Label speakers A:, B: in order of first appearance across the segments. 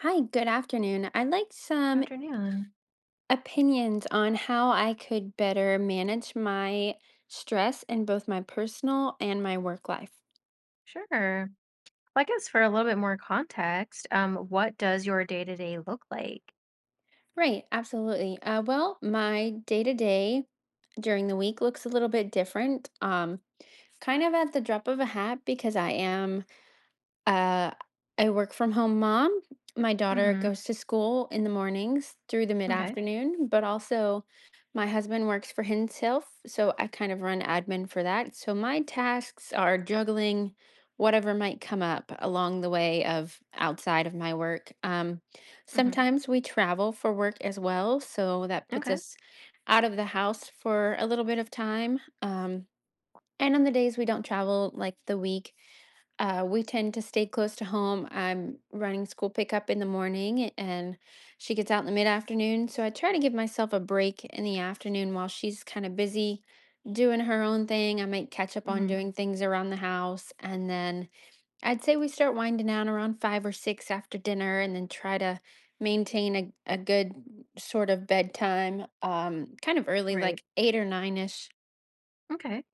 A: Hi, good afternoon. I'd like some
B: Afternoon.
A: opinions on how I could better manage my stress in both my personal and my work life.
B: Sure. Well, I guess for a little bit more context, what does your day to day look like?
A: Right, absolutely. Well, my day to day during the week looks a little bit different, kind of at the drop of a hat because Uh, I work from home mom. My daughter
B: Mm-hmm.
A: goes to school in the mornings through the
B: Okay.
A: mid-afternoon, but also my husband works for himself, so I kind of run admin for that. So my tasks are juggling whatever might come up along the way of outside of my work. Um,
B: Mm-hmm.
A: sometimes we travel for work as well, so that puts
B: Okay.
A: us out of the house for a little bit of time. And on the days we don't travel, like the week. We tend to stay close to home. I'm running school pickup in the morning and she gets out in the mid afternoon. So I try to give myself a break in the afternoon while she's kind of busy doing her own thing. I might catch up on
B: Mm-hmm.
A: doing things around the house. And then I'd say we start winding down around five or six after dinner and then try to maintain a good sort of bedtime, kind of early,
B: Right.
A: like eight or nine ish.
B: Okay.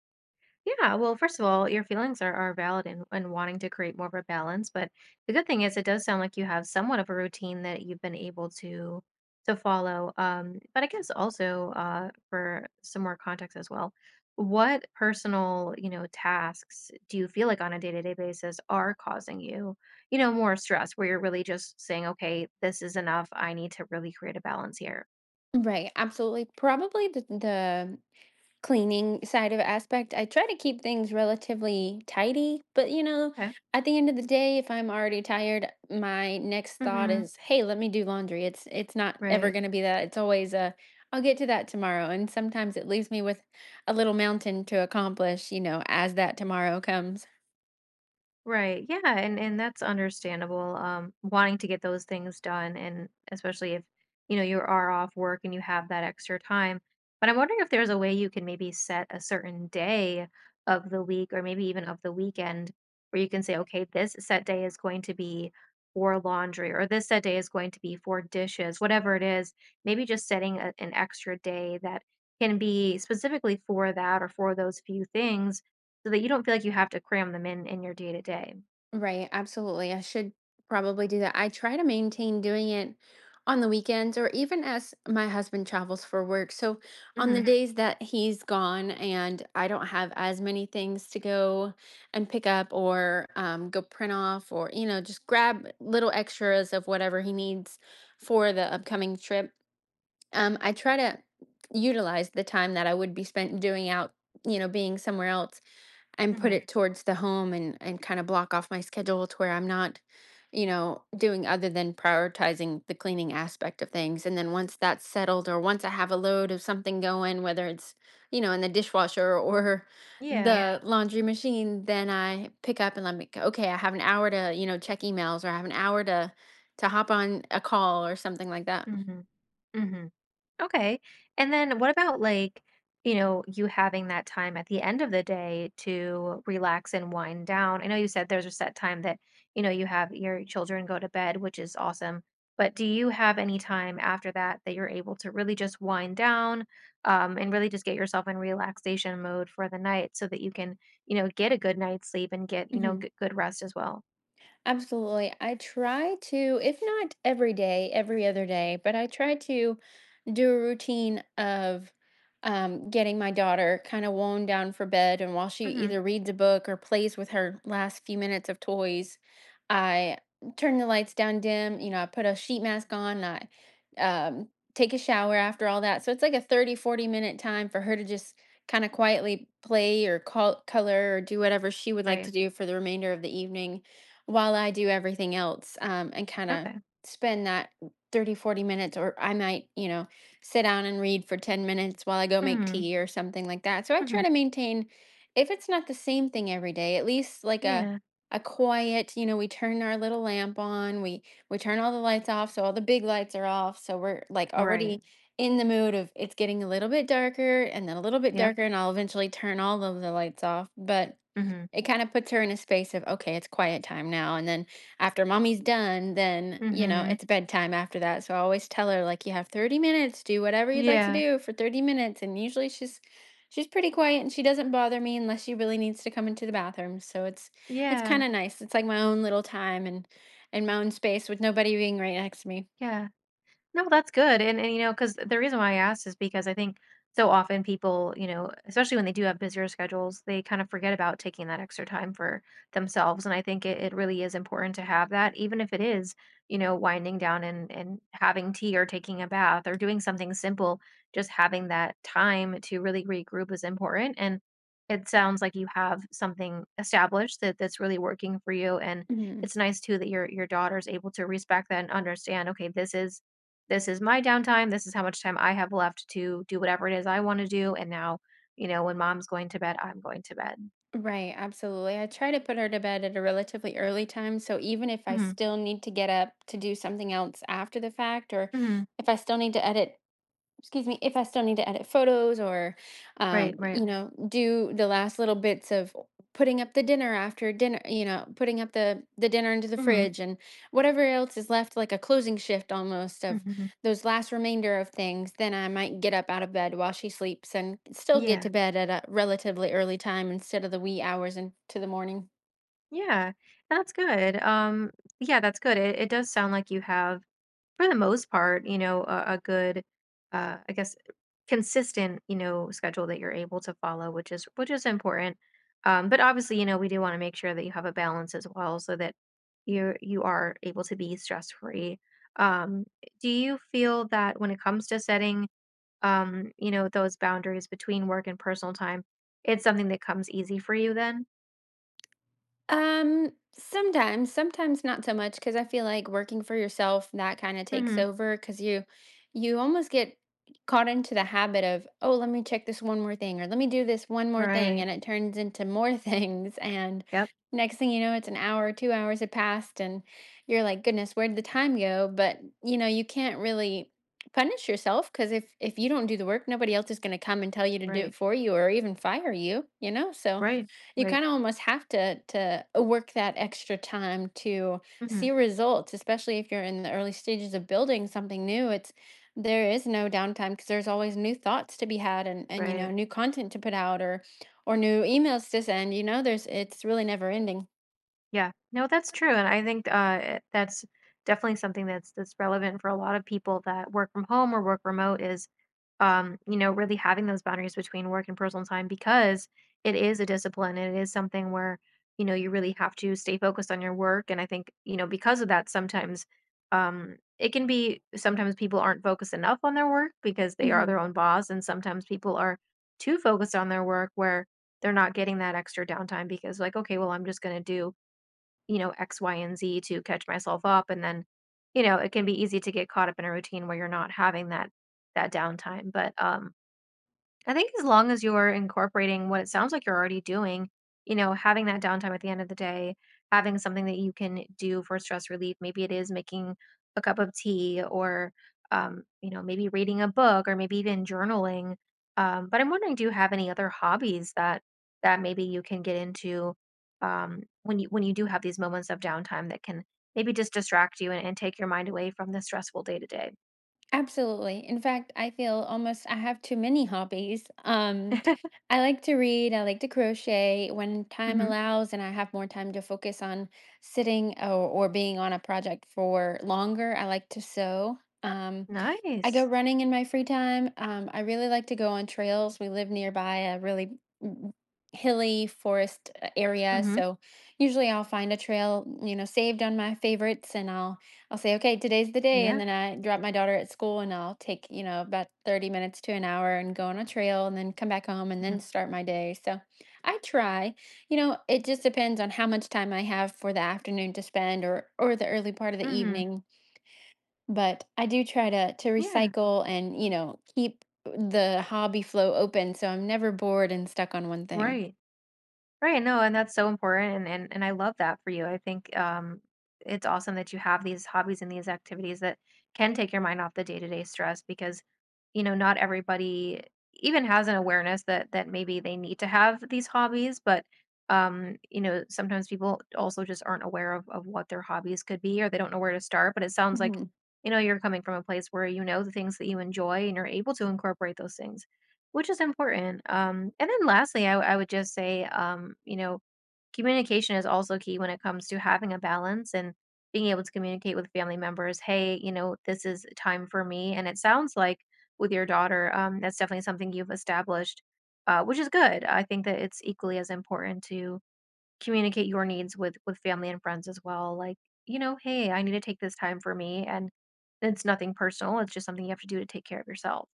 B: Yeah, well, first of all, your feelings are valid and wanting to create more of a balance. But the good thing is, it does sound like you have somewhat of a routine that you've been able to follow. But I guess also for some more context as well, what personal tasks do you feel like on a day to day basis are causing you you know more stress, where you're really just saying, okay, this is enough. I need to really create a balance here.
A: Right, absolutely. Probably cleaning side of aspect, I try to keep things relatively tidy. But, you know,
B: Okay.
A: at the end of the day, if I'm already tired, my next thought
B: Mm-hmm.
A: is, "Hey, let me do laundry." It's not ever
B: Right.
A: going to be that. It's always a, "I'll get to that tomorrow." And sometimes it leaves me with a little mountain to accomplish, you know, as that tomorrow comes.
B: Right. Yeah, and that's understandable. Wanting to get those things done, and especially if you know you are off work and you have that extra time. But I'm wondering if there's a way you can maybe set a certain day of the week, or maybe even of the weekend, where you can say, okay, this set day is going to be for laundry, or this set day is going to be for dishes, whatever it is. Maybe just setting a, an extra day that can be specifically for that or for those few things so that you don't feel like you have to cram them in your day to
A: Reviewed.
B: day.
A: Right, absolutely. I should probably do that. I try to maintain doing it on the weekends or even as my husband travels for work. So on the
B: Mhm,
A: Days that he's gone and I don't have as many things to go and pick up or go print off or, you know, just grab little extras of whatever he needs for the upcoming trip. I try to utilize the time that I would be spent doing out, you know, being somewhere else and put
B: mhm.
A: it towards the home and kind of block off my schedule to where I'm not, you know, doing other than prioritizing the cleaning aspect of things. And then once that's settled or once I have a load of something going, whether it's, you know, in the dishwasher or
B: Yeah.
A: Yeah. The laundry machine, then I pick up and let me, okay, I have an hour to, you know, check emails or I have an hour to hop on a call or something like that.
B: Mhm, mhm. Okay, and then what about, like, you know, you having that time at the end of the day to relax and wind down? I know you said there's a set time that, you know, you have your children go to bed, which is awesome, but do you have any time after that that you're able to really just wind down, and really just get yourself in relaxation mode for the night so that you can, you know, get a good night's sleep and get, you know, g good rest as well?
A: Absolutely. I try to, if not every day, every other day, but I try to do a routine of getting my daughter kind of worn down for bed. And while she
B: Mhm.
A: either reads a book or plays with her last few minutes of toys, I turn the lights down dim. You know, I put a sheet mask on, and I take a shower after all that. So it's like a 30, 40 minute time for her to just kind of quietly play or call, color or do whatever she would like to
B: Right.
A: do for the remainder of the evening while I do everything else, and kind of
B: Okay.
A: spend that 30 to 40 minutes, or I might, you know, sit down and read for 10 minutes while I go make
B: Mhm.
A: tea or something like that. So I try
B: Mhm.
A: to maintain, if it's not the same thing every day, at least like
B: Yeah.
A: a quiet, you know, we turn our little lamp on, we turn all the lights off, so all the big lights are off. So we're like
B: Right.
A: already in the mood of it's getting a little bit darker and then a little bit
B: Yep.
A: darker, and I'll eventually turn all of the lights off. But
B: Mhm.
A: it kind of puts her in a space of, okay, it's quiet time now. And then after mommy's done, then, you know,
B: Mhm.
A: it's bedtime after that. So I always tell her, like, you have 30 minutes, do whatever you'd like to
B: Yeah.
A: do for 30 minutes. And usually she's pretty quiet and she doesn't bother me unless she really needs to come into the bathroom. So it's kind
B: Yeah.
A: of nice. It's like my own little time and my own space with nobody being right next to me.
B: Yeah. No, that's good. And you know, because the reason why I asked is because I think so often people, you know, especially when they do have busier schedules, they kind of forget about taking that extra time for themselves. And I think it really is important to have that, even if it is, you know, winding down and having tea or taking a bath or doing something simple, just having that time to really regroup is important. And it sounds like you have something established that that's really working for you. And
A: Mm-hmm.
B: it's nice too that your daughter's able to respect that and understand, okay, this is my downtime. This is how much time I have left to do whatever it is I wanna do, and now, you know, when mom's going to bed, I'm going to bed.
A: Right, absolutely. I try to put her to bed at a relatively early time, so even if I
B: Mhm,
A: still need to get up to do something else after the fact, or
B: mhm.
A: if I still need to edit, excuse me, if I still need to edit photos or,
B: Right,
A: you
B: right.
A: know, do the last little bits of putting up the dinner after dinner, you know, putting up the dinner into the
B: Mhm,
A: fridge and whatever else is left, like a closing shift almost
B: mhm,
A: of
B: mhm.
A: those last remainder of things, then I might get up out of bed while she sleeps and still get
B: Yeah,
A: to bed at a relatively early time instead of the wee hours into the morning.
B: yeah. That's good. Yeah, that's good. It does sound like you have for the most part, you know, a good, I guess, consistent, you know, schedule that you're able to follow, which is important. But obviously, you know, we do want to make sure that you have a balance as well, so that you are able to be stress free. Um, do you feel that when it comes to setting, you know, those boundaries between work and personal time, it's something that comes easy for you then?
A: Sometimes not so much because I feel like working for yourself that kind of takes
B: hmm
A: over because you almost get caught into the habit of, oh, let me check this one more thing or let me do this one more thing. Right.
B: Right.
A: And it turns into more things. And
B: Yep.
A: next thing you know, it's an hour, 2 hours have passed, and you're like, goodness, where did the time go? But you know, you can't really punish yourself because if you don't do the work, nobody else is going to come and tell you to do
B: Right.
A: it for you or even fire you, you know? So
B: Right.
A: you
B: Right.
A: kind of almost have to work that extra time to see
B: hmm
A: results, especially if you're in the early stages of building something new. It's There is no downtime because there's always new thoughts to be had and you know,
B: Right.
A: new content to put out or new emails to send. You know, there's it's really never ending.
B: Yeah. No, that's true, and I think, it that's definitely something that's relevant for a lot of people that work from home or work remote is, you know, really having those boundaries between work and personal time because it is a discipline and it is something where, you know, you really have to stay focused on your work, and I think, you know, because of that, sometimes, it can be sometimes people aren't focused enough on their work because they are
A: Mhm.
B: their own boss, and sometimes people are too focused on their work where they're not getting that extra downtime because like, "Okay, well, I'm just gonna do you know, X, Y, and Z to catch myself up. And then, you know, it can be easy to get caught up in a routine where you're not having that downtime. But I think as long as you're incorporating what it sounds like you're already doing, you know, having that downtime at the end of the day, having something that you can do for stress relief. Maybe it is making a cup of tea or, you know, maybe reading a book or maybe even journaling. But I'm wondering, do you have any other hobbies that maybe you can get into when you do have these moments of downtime that can maybe just distract you and take your mind away from the stressful day to day?
A: Absolutely. In fact, I feel almost I have too many hobbies. I like to read, I like to crochet when time
B: Mhm.
A: allows and I have more time to focus on sitting or, being on a project for longer. I like to sew. I go
B: Nice.
A: running in my free time. I really like to go on trails. We live nearby a really mm, hilly forest area,
B: hmm
A: so usually I'll find a trail, you know, saved on my favorites, and I'll say, okay, today's the day. And
B: Yeah.
A: then I drop my daughter at school and I'll take, you know, about 30 minutes to an hour and go on a trail and then come back home and then
B: Mhm.
A: start my day. So I try, you know, it just depends on how much time I have for the afternoon to spend or, the early part of the
B: Mhm.
A: evening. But I do try to
B: Yeah.
A: recycle and, you know, keep the hobby flow open. So I'm never bored and stuck on one thing.
B: Right. Right. No, and that's so important and I love that for you. I think it's awesome that you have these hobbies and these activities that can take your mind off the day-to-day stress because you know not everybody even has an awareness that that maybe they need to have these hobbies, but you know sometimes people also just aren't aware of what their hobbies could be or they don't know where to start, but it sounds like
A: Mhm.
B: you know you're coming from a place where you know the things that you enjoy and you're able to incorporate those things. Which is important, and then lastly, I would just say, you know, communication is also key when it comes to having a balance and being able to communicate with family members, "Hey, you know, this is time for me," and it sounds like with your daughter, that's definitely something you've established, which is good. I think that it's equally as important to communicate your needs with family and friends as well, like, you know, "Hey, I need to take this time for me," and it's nothing personal, it's just something you have to do to take care of yourself.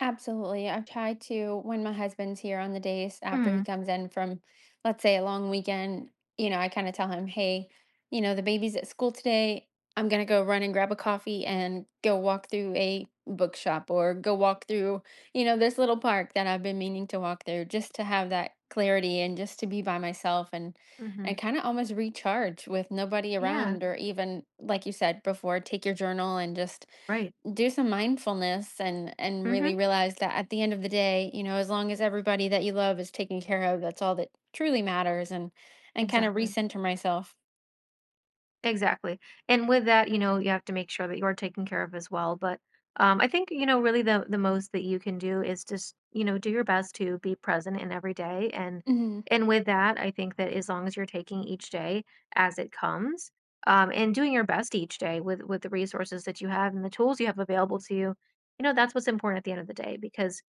A: Absolutely. I've tried to, when my husband's here on the days after he
B: Mhm,
A: comes in from, let's say, a long weekend, you know, I kind of tell him, hey, you know, the baby's at school today. I'm going to go run and grab a coffee and go walk through a bookshop or go walk through, you know, this little park that I've been meaning to walk through just to have that clarity and just to be by myself, and
B: mhm.
A: kind of almost recharge with nobody
B: Yeah.
A: around or even, like you said before, take your journal and just
B: Right.
A: do some mindfulness and
B: Mm.
A: really
B: Mhm.
A: realize that at the end of the day, you know, as long as everybody that you love is taken care of, that's all that truly matters, and kind of
B: Exactly.
A: recenter myself.
B: Exactly. And with that, you know, you have to make sure that you're taken care of as well, but I think, you know, really the most that you can do is just, you know, do your best to be present in every day
A: Hmm.
B: and with that, I think that as long as you're taking each day as it comes, and doing your best each day with the resources that you have and the tools you have available to you, you know, that's what's important at the end of the day because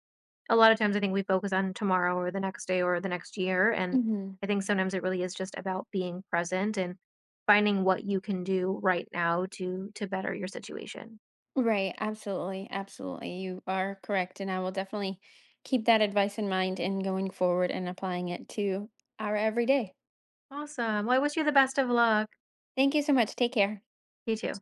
B: a lot of times I think we focus on tomorrow or the next day or the next year. And
A: Hmm.
B: I think sometimes it really is just about being present and finding what you can do right now to better your situation.
A: Right, absolutely, absolutely, you are correct, and I will definitely keep that advice in mind and going forward and applying it to our everyday.
B: Awesome. Well, I wish you the best of luck.
A: Thank you so much. Take care.
B: You too.